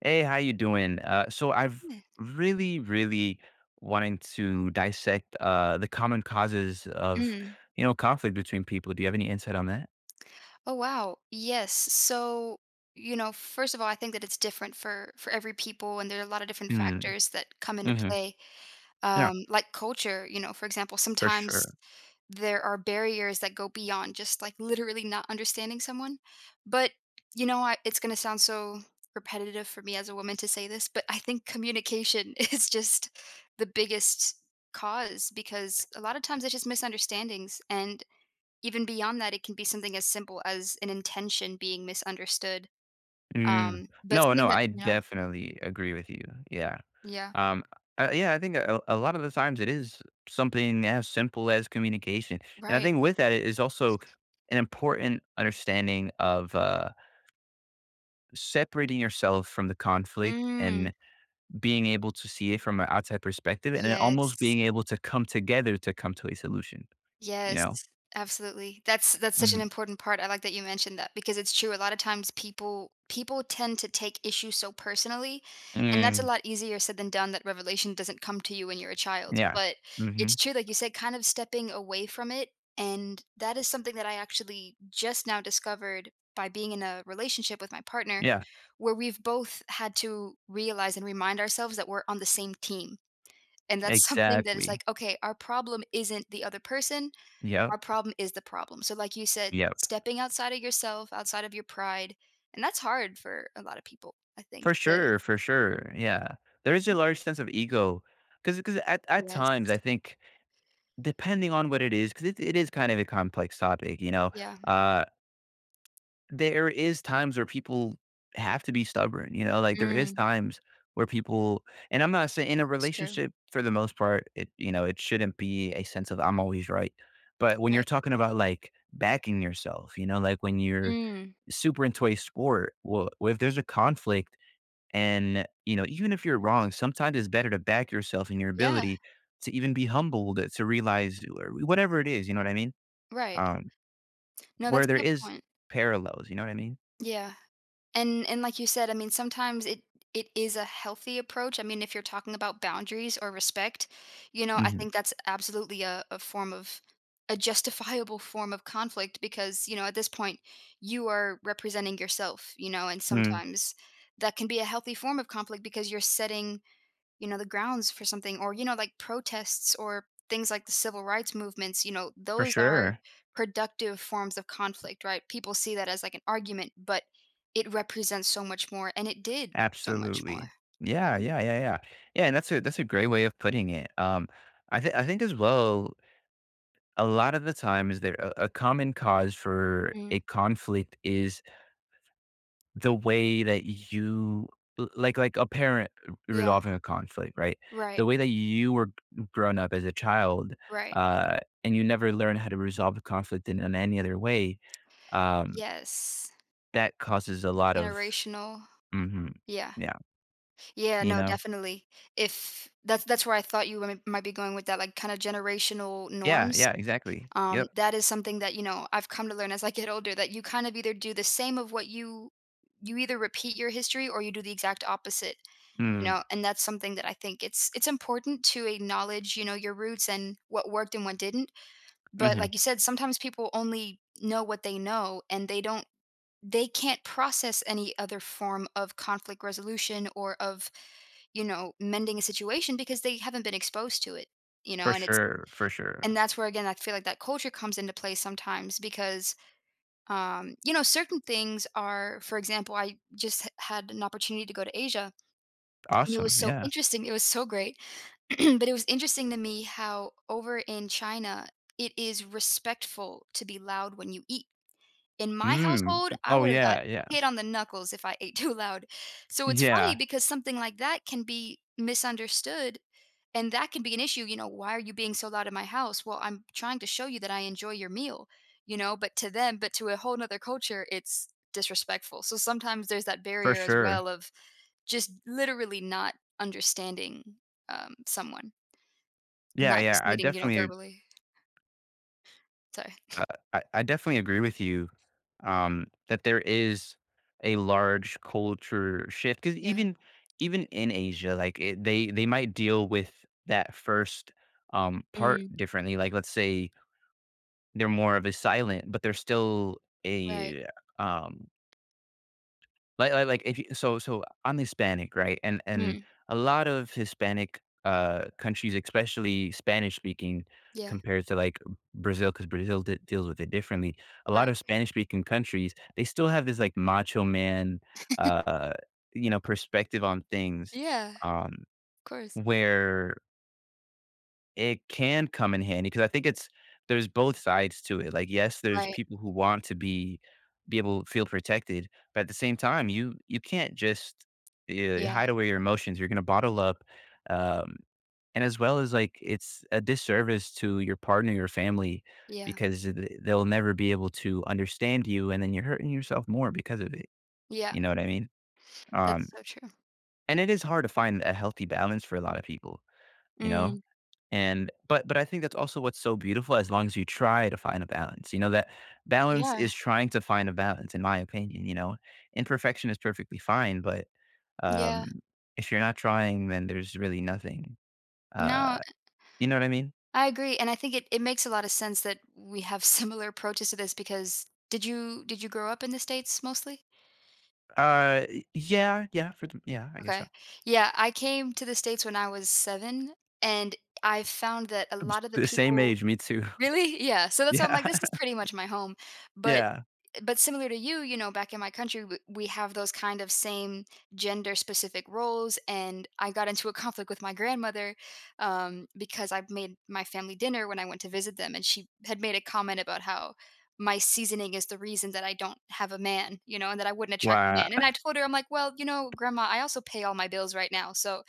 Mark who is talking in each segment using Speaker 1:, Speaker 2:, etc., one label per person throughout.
Speaker 1: Hey, how you doing? So I've
Speaker 2: Mm,
Speaker 1: really, really wanting to dissect the common causes of,
Speaker 2: mm.
Speaker 1: you know, conflict between people. Do you have any insight on that?
Speaker 2: Oh wow. Yes. So, first of all, I think that it's different for every people and there are a lot of different
Speaker 1: Mm,
Speaker 2: factors that come into
Speaker 1: hmm.
Speaker 2: play.
Speaker 1: Yeah,
Speaker 2: Like culture, for example,
Speaker 1: for
Speaker 2: sometimes
Speaker 1: sure.
Speaker 2: there are barriers that go beyond just like literally not understanding someone. But, it's going to sound so repetitive for me as a woman to say this, but I think communication is just the biggest cause because a lot of times it's just misunderstandings. And even beyond that, it can be something as simple as an intention being misunderstood,
Speaker 1: Mm.
Speaker 2: but
Speaker 1: No,
Speaker 2: something
Speaker 1: no,
Speaker 2: that
Speaker 1: I
Speaker 2: yeah,
Speaker 1: definitely agree with you. Yeah.
Speaker 2: yeah,
Speaker 1: Um, yeah, I think a lot of the times it is something as simple as communication. And I
Speaker 2: right.
Speaker 1: think with that it is also an important understanding of separating yourself from the conflict
Speaker 2: Mm,
Speaker 1: and being able to see it from an outside perspective and then almost
Speaker 2: yes.
Speaker 1: being able to come together to come to a solution, you
Speaker 2: Yes,
Speaker 1: know?
Speaker 2: absolutely. That's such an
Speaker 1: Mhm.
Speaker 2: important part. I like that you mentioned that because it's true. A lot of times people tend to take issues so personally, and that's
Speaker 1: Mm,
Speaker 2: a lot easier said than done. That revelation doesn't come to you when you're a child,
Speaker 1: yeah.
Speaker 2: but it's
Speaker 1: Mhm.
Speaker 2: true, like you said, kind of stepping away from it. And that is something that I actually just now discovered by being in a relationship with my partner,
Speaker 1: Yeah.
Speaker 2: where we've both had to realize and remind ourselves that we're on the same team. And that's something that is
Speaker 1: Exactly.
Speaker 2: like, okay, our problem isn't the other person.
Speaker 1: Yep.
Speaker 2: Our problem is the problem. So, like you said,
Speaker 1: Yep.
Speaker 2: stepping outside of yourself, outside of your pride, and that's hard for a lot of people, I think,
Speaker 1: For
Speaker 2: to
Speaker 1: sure. For sure. Yeah. There is a large sense of ego because at
Speaker 2: Yes.
Speaker 1: times I think depending on what it is, because it is kind of a complex topic, you know,
Speaker 2: Yeah.
Speaker 1: uh, there is times where people have to be stubborn, you know, like there is
Speaker 2: Mm.
Speaker 1: times where people, and I'm not saying in a
Speaker 2: It's true.
Speaker 1: relationship for the most part, it you know, it shouldn't be a sense of I'm always right. But when you're
Speaker 2: Right.
Speaker 1: talking about like backing yourself, you know, like when you're
Speaker 2: Mm.
Speaker 1: super into a sport, well, if there's a conflict and, you know, even if you're wrong, sometimes it's better to back yourself in your
Speaker 2: Yeah.
Speaker 1: ability to even be humbled, to realize or whatever it is, you know what I mean?
Speaker 2: Right.
Speaker 1: Um,
Speaker 2: No,
Speaker 1: where
Speaker 2: that's a
Speaker 1: there
Speaker 2: good
Speaker 1: is
Speaker 2: point.
Speaker 1: parallels, you know what I mean?
Speaker 2: Yeah. And like you said, I mean, sometimes it is a healthy approach. I mean, if you're talking about boundaries or respect, you know, I
Speaker 1: Mhm.
Speaker 2: think that's absolutely a form of a justifiable form of conflict because, you know, at this point you are representing yourself, you know, and
Speaker 1: Mm,
Speaker 2: sometimes that can be a healthy form of conflict because you're setting the grounds for something or, you know, like protests or things like the civil rights movements, you know,
Speaker 1: for
Speaker 2: those are
Speaker 1: sure.
Speaker 2: productive forms of conflict, right? People see that as like an argument, but it represents so much more and it did so much more.
Speaker 1: Absolutely. Yeah,
Speaker 2: Yeah.
Speaker 1: yeah, yeah, yeah. Yeah, and that's a great way of putting it. I think as well, a lot of the times there a common cause for a
Speaker 2: Mm.
Speaker 1: conflict is the way that you like a parent
Speaker 2: Yeah.
Speaker 1: resolving a conflict, right?
Speaker 2: Right.
Speaker 1: The way that you were grown up as a child,
Speaker 2: Right.
Speaker 1: and you never learn how to resolve a conflict in any other way, um,
Speaker 2: Yes.
Speaker 1: that causes a lot of,
Speaker 2: Generational.
Speaker 1: hmm,
Speaker 2: Yeah.
Speaker 1: yeah,
Speaker 2: Yeah,
Speaker 1: you
Speaker 2: no,
Speaker 1: know.
Speaker 2: definitely. If that's where I thought you might be going with that, like kind of generational
Speaker 1: Yeah,
Speaker 2: norms.
Speaker 1: yeah, exactly. Yep.
Speaker 2: That is something that, I've come to learn as I get older that you kind of either do the same of what you either repeat your history or you do the exact opposite, you
Speaker 1: Mm,
Speaker 2: know, and that's something that I think it's important to acknowledge, you know, your roots and what worked and what didn't. But
Speaker 1: mhm.
Speaker 2: like you said, sometimes people only know what they know and they can't process any other form of conflict resolution or of, you know, mending a situation because they haven't been exposed to it. you
Speaker 1: For
Speaker 2: know and it's
Speaker 1: sure, for sure.
Speaker 2: and that's where, again, I feel like that culture comes into play sometimes because certain things are, for example, I just had an opportunity to go to Asia, and it was
Speaker 1: Awesome,
Speaker 2: so
Speaker 1: yeah.
Speaker 2: interesting. It was so great. But it was interesting to me how over in China it is respectful to be loud when you eat. In my
Speaker 1: Mm.
Speaker 2: household I
Speaker 1: Oh,
Speaker 2: would have got
Speaker 1: yeah, yeah.
Speaker 2: hit on the knuckles if I ate too loud. So it's funny
Speaker 1: Yeah,
Speaker 2: because something like that can be misunderstood, and that can be an issue. You know, why are you being so loud in my house? Well, I'm trying to show you that I enjoy your meal, you know, but to a whole nother culture it's disrespectful. So sometimes there's that
Speaker 1: for
Speaker 2: barrier as
Speaker 1: sure.
Speaker 2: well of just literally not understanding, someone.
Speaker 1: Yeah,
Speaker 2: Not
Speaker 1: yeah,
Speaker 2: just
Speaker 1: I
Speaker 2: meeting,
Speaker 1: definitely
Speaker 2: verbally. So
Speaker 1: uh, I definitely agree with you, that there is a large culture shift because
Speaker 2: yeah.
Speaker 1: even even in Asia, like, it they might deal with that first, part
Speaker 2: Mm,
Speaker 1: differently, like, let's say they're more of a silent, but they're still
Speaker 2: right.
Speaker 1: a, um. Like, if you so I'm Hispanic, right? And
Speaker 2: Mm,
Speaker 1: a lot of Hispanic, countries, especially Spanish-speaking,
Speaker 2: yeah.
Speaker 1: compared to, like, Brazil, because Brazil de deals with it differently. A lot
Speaker 2: Right.
Speaker 1: of Spanish-speaking countries, they still have this, like, macho man, uh, you know, perspective on things,
Speaker 2: Yeah, of
Speaker 1: um,
Speaker 2: course.
Speaker 1: where it can come in handy because I think it's there's both sides to it. Like, yes, there's
Speaker 2: Right.
Speaker 1: people who want to be able to feel protected, but at the same time, you can't just,
Speaker 2: Yeah,
Speaker 1: hide away your emotions. You're gonna bottle up, um, and as well as, like, it's a disservice to your partner, your family,
Speaker 2: yeah,
Speaker 1: because th they'll never be able to understand you, and then you're hurting yourself more because of it.
Speaker 2: yeah.
Speaker 1: You know what I mean? Um,
Speaker 2: That's so true.
Speaker 1: and it is hard to find a healthy balance for a lot of people, you know?
Speaker 2: Mm,
Speaker 1: And but I think that's also what's so beautiful as long as you try to find a balance. You know, that balance
Speaker 2: yeah,
Speaker 1: is trying to find a balance, in my opinion, you know. Imperfection is perfectly fine, but
Speaker 2: yeah.
Speaker 1: um, if you're not trying, then there's really nothing. Uh,
Speaker 2: No,
Speaker 1: you know what I mean?
Speaker 2: I agree, and I think it, it makes a lot of sense that we have similar approaches to this because did you grow up in the States mostly?
Speaker 1: Uh, yeah, yeah, for the, yeah, I guess so.
Speaker 2: Okay. Yeah, I came to the States when I was 7, and I found that a lot of the
Speaker 1: The same
Speaker 2: people.
Speaker 1: age, me too.
Speaker 2: Really? Yeah, so that's why I'm
Speaker 1: Yeah.
Speaker 2: like, this is pretty much my home, but
Speaker 1: Yeah.
Speaker 2: but similar to you, you know, back in my country, w we have those kind of same gender-specific roles, and I got into a conflict with my grandmother, because I made my family dinner when I went to visit them, and she had made a comment about how my seasoning is the reason that I don't have a man, you know, and that I wouldn't attract a
Speaker 1: Wow.
Speaker 2: man, and I told her, I'm like, "Well, you know, grandma, I also pay all my bills right now, so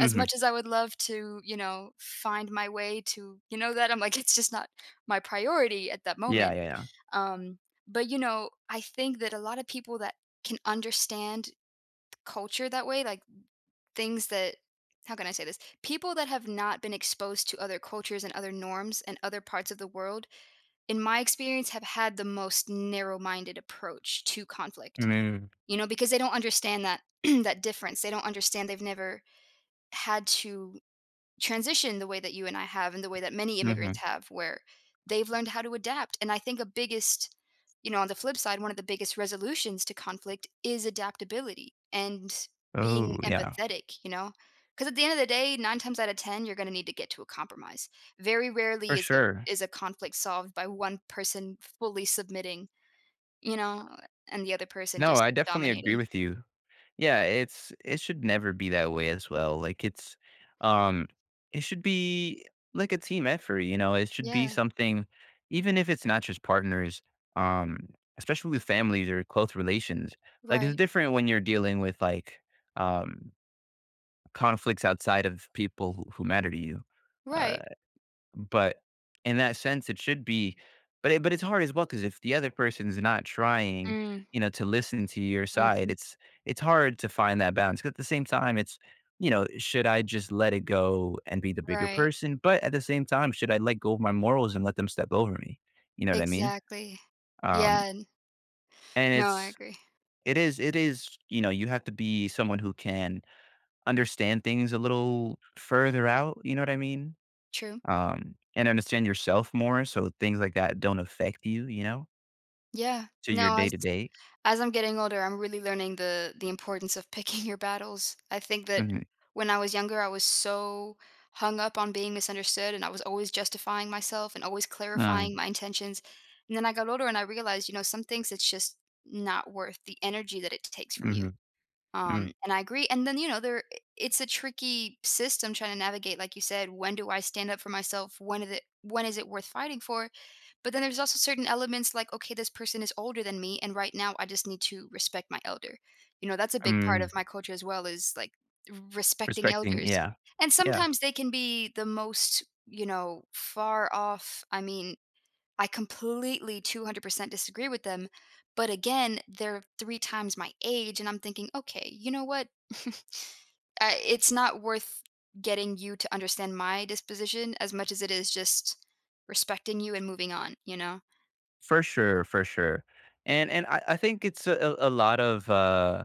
Speaker 2: as much as I would love to, you know, find my way to, you know, that I'm like," it's just not my priority at that
Speaker 1: Yeah,
Speaker 2: moment.
Speaker 1: yeah, yeah.
Speaker 2: Um, but you know, I think that a lot of people that can understand culture that way, like things that, how can I say this? People that have not been exposed to other cultures and other norms and other parts of the world, in my experience, have had the most narrow-minded approach to conflict.
Speaker 1: Mm-hmm.
Speaker 2: You know, because they don't understand that that difference. They don't understand. They've never had to transition the way that you and I have and the way that many immigrants have, where they've learned how to adapt. And I think you know, on the flip side, one of the biggest resolutions to conflict is adaptability and
Speaker 1: Oh,
Speaker 2: being
Speaker 1: yeah.
Speaker 2: empathetic, you know? Because at the end of the day, nine times out of ten, you're going to need to get to a compromise. Very
Speaker 1: For
Speaker 2: rarely is a
Speaker 1: sure.
Speaker 2: is a conflict solved by one person fully submitting, you know, and the other person
Speaker 1: No,
Speaker 2: just
Speaker 1: I definitely agree
Speaker 2: dominating.
Speaker 1: with you. Yeah, it should never be that way as well. Like it's um, it should be like a team effort, you know. It should be
Speaker 2: Yeah,
Speaker 1: something even if it's not just partners, um, especially with families or close relations. Like it's
Speaker 2: right,
Speaker 1: different when you're dealing with like um, conflicts outside of people who matter to you. Uh,
Speaker 2: right,
Speaker 1: but in that sense, it should be, but it's hard as well because if the other person's not trying,
Speaker 2: mm,
Speaker 1: you know, to listen to your side,
Speaker 2: mhm,
Speaker 1: it's hard to find that balance. 'Cause at the same time, it's, you know, should I just let it go and be the bigger
Speaker 2: right.
Speaker 1: person? But at the same time, should I let go of my morals and let them step over me? You know what I mean?
Speaker 2: Exactly.
Speaker 1: Um,
Speaker 2: Yeah, and
Speaker 1: and
Speaker 2: no, I
Speaker 1: it's
Speaker 2: agree.
Speaker 1: it is, you know, you have to be someone who can understand things a little further out, you know what I mean?
Speaker 2: True.
Speaker 1: Um, and understand yourself more so things like that don't affect you, you know,
Speaker 2: Yeah.
Speaker 1: to your
Speaker 2: No,
Speaker 1: day
Speaker 2: as
Speaker 1: to day.
Speaker 2: as I'm getting older, I'm really learning the importance of picking your battles. I think that
Speaker 1: Mhm.
Speaker 2: when I was younger, I was so hung up on being misunderstood and I was always justifying myself and always
Speaker 1: Uh,
Speaker 2: clarifying my intentions. And then I got older and I realized, you know, some things it's just not worth the energy that it takes from you.
Speaker 1: mhm, mm,
Speaker 2: And I agree. And then, you know, there it's a tricky system trying to navigate, like you said, when do I stand up for myself? When is it worth fighting for? But then there's also certain elements like, okay, this person is older than me, and right now I just need to respect my elder. You know, that's a big part of
Speaker 1: mm.
Speaker 2: my culture as well, is like respecting
Speaker 1: Respecting,
Speaker 2: elders.
Speaker 1: yeah,
Speaker 2: And
Speaker 1: yeah,
Speaker 2: sometimes they can be the most, you know, far off. I mean, I completely 200% disagree with them, but again, they're 3 times my age, and I'm thinking, "Okay, you know what? I It's not worth getting you to understand my disposition as much as it is just respecting you and moving on," you know?
Speaker 1: for sure, for sure. And I think it's a lot of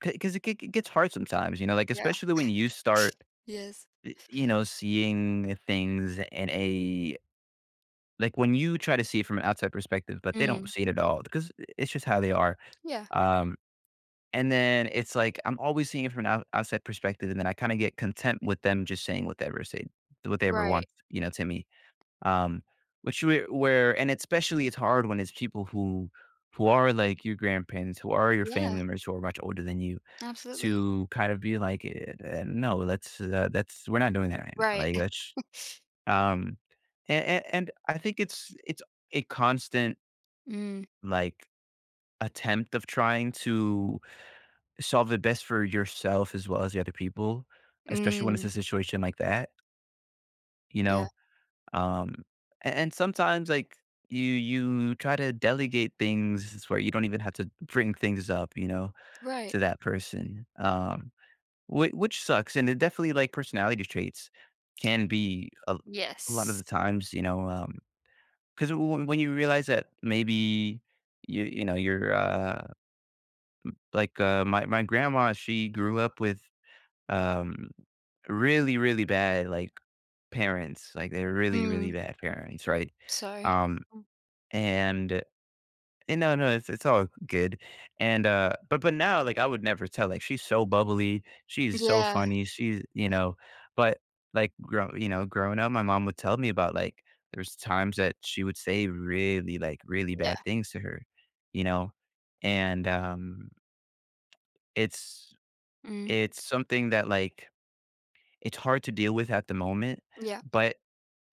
Speaker 1: because it gets hard sometimes, you know, like
Speaker 2: Yeah.
Speaker 1: especially when you start,
Speaker 2: Yes.
Speaker 1: you know, seeing things in a, like when you try to see it from an outside perspective, but they don't
Speaker 2: Mm.
Speaker 1: see it at all because it's just how they are.
Speaker 2: Yeah.
Speaker 1: Um, And then it's like I'm always seeing it from an outside perspective, and then I kinda get content with them just saying whatever say whatever want,
Speaker 2: Right.
Speaker 1: you know, to me. Um, which where and especially it's hard when it's people who are like your grandparents, who are your family
Speaker 2: Yeah,
Speaker 1: members who are much older than you,
Speaker 2: absolutely.
Speaker 1: to kind of be like, "Eh, no, let's, that's we're not doing that right now."
Speaker 2: Right.
Speaker 1: Like, that's, um, and I think it's a constant,
Speaker 2: Mm.
Speaker 1: like, attempt of trying to solve the best for yourself as well as the other people, especially when it's
Speaker 2: Mm.
Speaker 1: a situation like that, you
Speaker 2: Yeah.
Speaker 1: know? Um, and sometimes like you try to delegate things where you don't even have to bring things up, you know,
Speaker 2: Right.
Speaker 1: to that person. Which sucks. And it definitely like personality traits can be a lot of
Speaker 2: Yes.
Speaker 1: the times, you know, cause when you realize that maybe you know, you're, like, my grandma, she grew up with, um, really, really bad, like, parents, like, they're really, really
Speaker 2: Mm.
Speaker 1: bad parents, right?
Speaker 2: Sorry.
Speaker 1: Um, and and no, no, it's all good, and, uh, but now, like, I would never tell, like, she's so bubbly, she's so
Speaker 2: Yeah.
Speaker 1: funny, she's you know, but, like, grow you know, growing up, my mom would tell me about, like, there's times that she would say really, like, really
Speaker 2: Yeah.
Speaker 1: bad things to her, you know? And, it's
Speaker 2: Mm.
Speaker 1: it's something that, like, it's hard to deal with at the moment,
Speaker 2: Yeah.
Speaker 1: but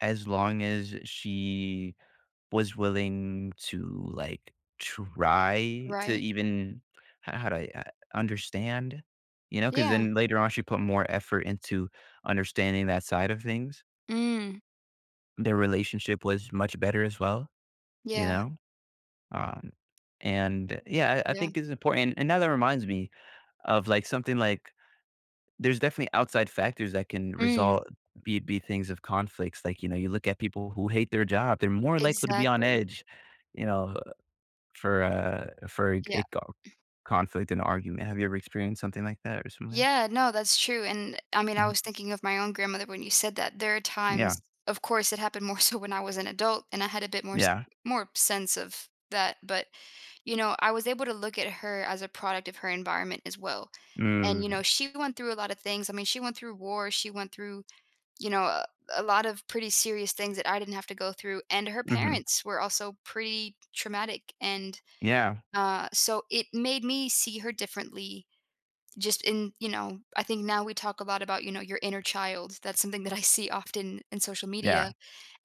Speaker 1: as long as she was willing to like try to
Speaker 2: Right.
Speaker 1: even how do I understand, you know, because
Speaker 2: Yeah.
Speaker 1: then later on she put more effort into understanding that side of things.
Speaker 2: Mm.
Speaker 1: Their relationship was much better as well, you
Speaker 2: Yeah,
Speaker 1: know. Um, and yeah, I
Speaker 2: yeah.
Speaker 1: think it's important. And now that reminds me of like something like, there's definitely outside factors that can
Speaker 2: Mm,
Speaker 1: result be things of conflicts, like, you know, you look at people who hate their job, they're more likely to be on
Speaker 2: exactly.
Speaker 1: edge, you know, for
Speaker 2: Yeah.
Speaker 1: a co conflict and argument. Have you ever experienced something like that or similar?
Speaker 2: Yeah, no, that's true, and, I mean, I
Speaker 1: Mhm.
Speaker 2: was thinking of my own grandmother when you said that. There are
Speaker 1: Yeah,
Speaker 2: times, of course, it happened more so when I was an adult, and I had a bit more s
Speaker 1: yeah.
Speaker 2: more sense of that, but, you know, I was able to look at her as a product of her environment as well, and, you know,
Speaker 1: Mm,
Speaker 2: she went through a lot of things. I mean, she went through war, she went through, you know, a lot of pretty serious things that I didn't have to go through, and her
Speaker 1: mhm.
Speaker 2: parents were also pretty traumatic, and
Speaker 1: Yeah,
Speaker 2: so it made me see her differently. You know, I think now we talk a lot about, you know, your inner child. That's something that I see often in social media.
Speaker 1: yeah.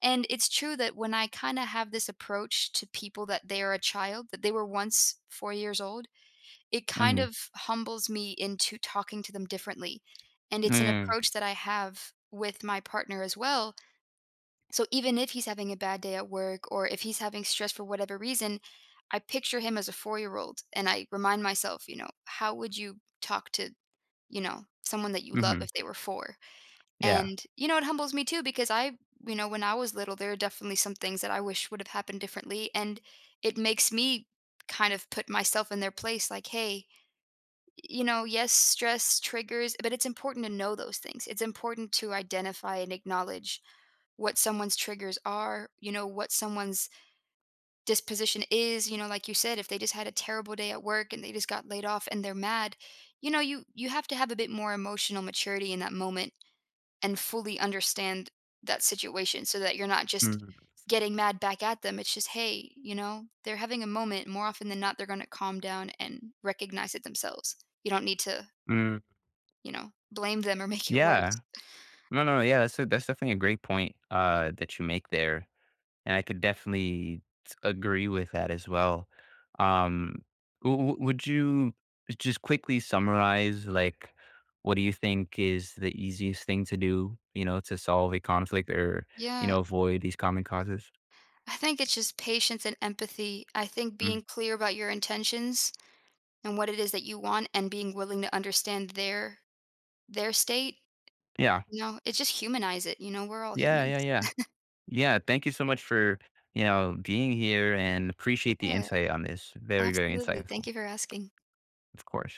Speaker 2: And it's true that when I kind of have this approach to people that they are a child, that they were once 4 years old, it kind
Speaker 1: Mhm.
Speaker 2: of humbles me into talking to them differently. And it's an
Speaker 1: Mm,
Speaker 2: approach that I have with my partner as well, so even if he's having a bad day at work or if he's having stress for whatever reason, I picture him as a 4-year-old and I remind myself, you know, how would you talk to, you know, someone that you love
Speaker 1: mhm.
Speaker 2: if they were 4?
Speaker 1: Yeah.
Speaker 2: And you know, it humbles me too because you know, when I was little, there are definitely some things that I wish would have happened differently, and it makes me kind of put myself in their place like, hey, you know, yes, stress triggers, but it's important to know those things. It's important to identify and acknowledge what someone's triggers are, you know, what someone's disposition is, you know, like you said, if they just had a terrible day at work and they just got laid off and they're mad, you know, you have to have a bit more emotional maturity in that moment and fully understand that situation so that you're not just
Speaker 1: Mm,
Speaker 2: getting mad back at them. It's just, hey, you know, they're having a moment. More often than not, they're going to calm down and recognize it themselves. You don't need to,
Speaker 1: mm.
Speaker 2: you know, blame them or make it worse.
Speaker 1: Yeah. No, no, yeah, that's a that's definitely a great point, that you make there. And I could definitely agree with that as well. Um, would you just quickly summarize, like, what do you think is the easiest thing to do, you know, to solve a conflict or, you
Speaker 2: Yeah.
Speaker 1: know, avoid these common causes?
Speaker 2: I think it's just patience and empathy. I think
Speaker 1: Mm.
Speaker 2: being clear about your intentions and what it is that you want and being willing to understand their state,
Speaker 1: Yeah.
Speaker 2: you know, it just humanize it, you know, we're all
Speaker 1: Yeah.
Speaker 2: humans.
Speaker 1: Yeah. Yeah. Yeah. Thank you so much for, you know, being here and appreciate the
Speaker 2: Yeah,
Speaker 1: insight on this. Very, very
Speaker 2: absolutely.
Speaker 1: insightful,
Speaker 2: Thank you for asking.
Speaker 1: of course.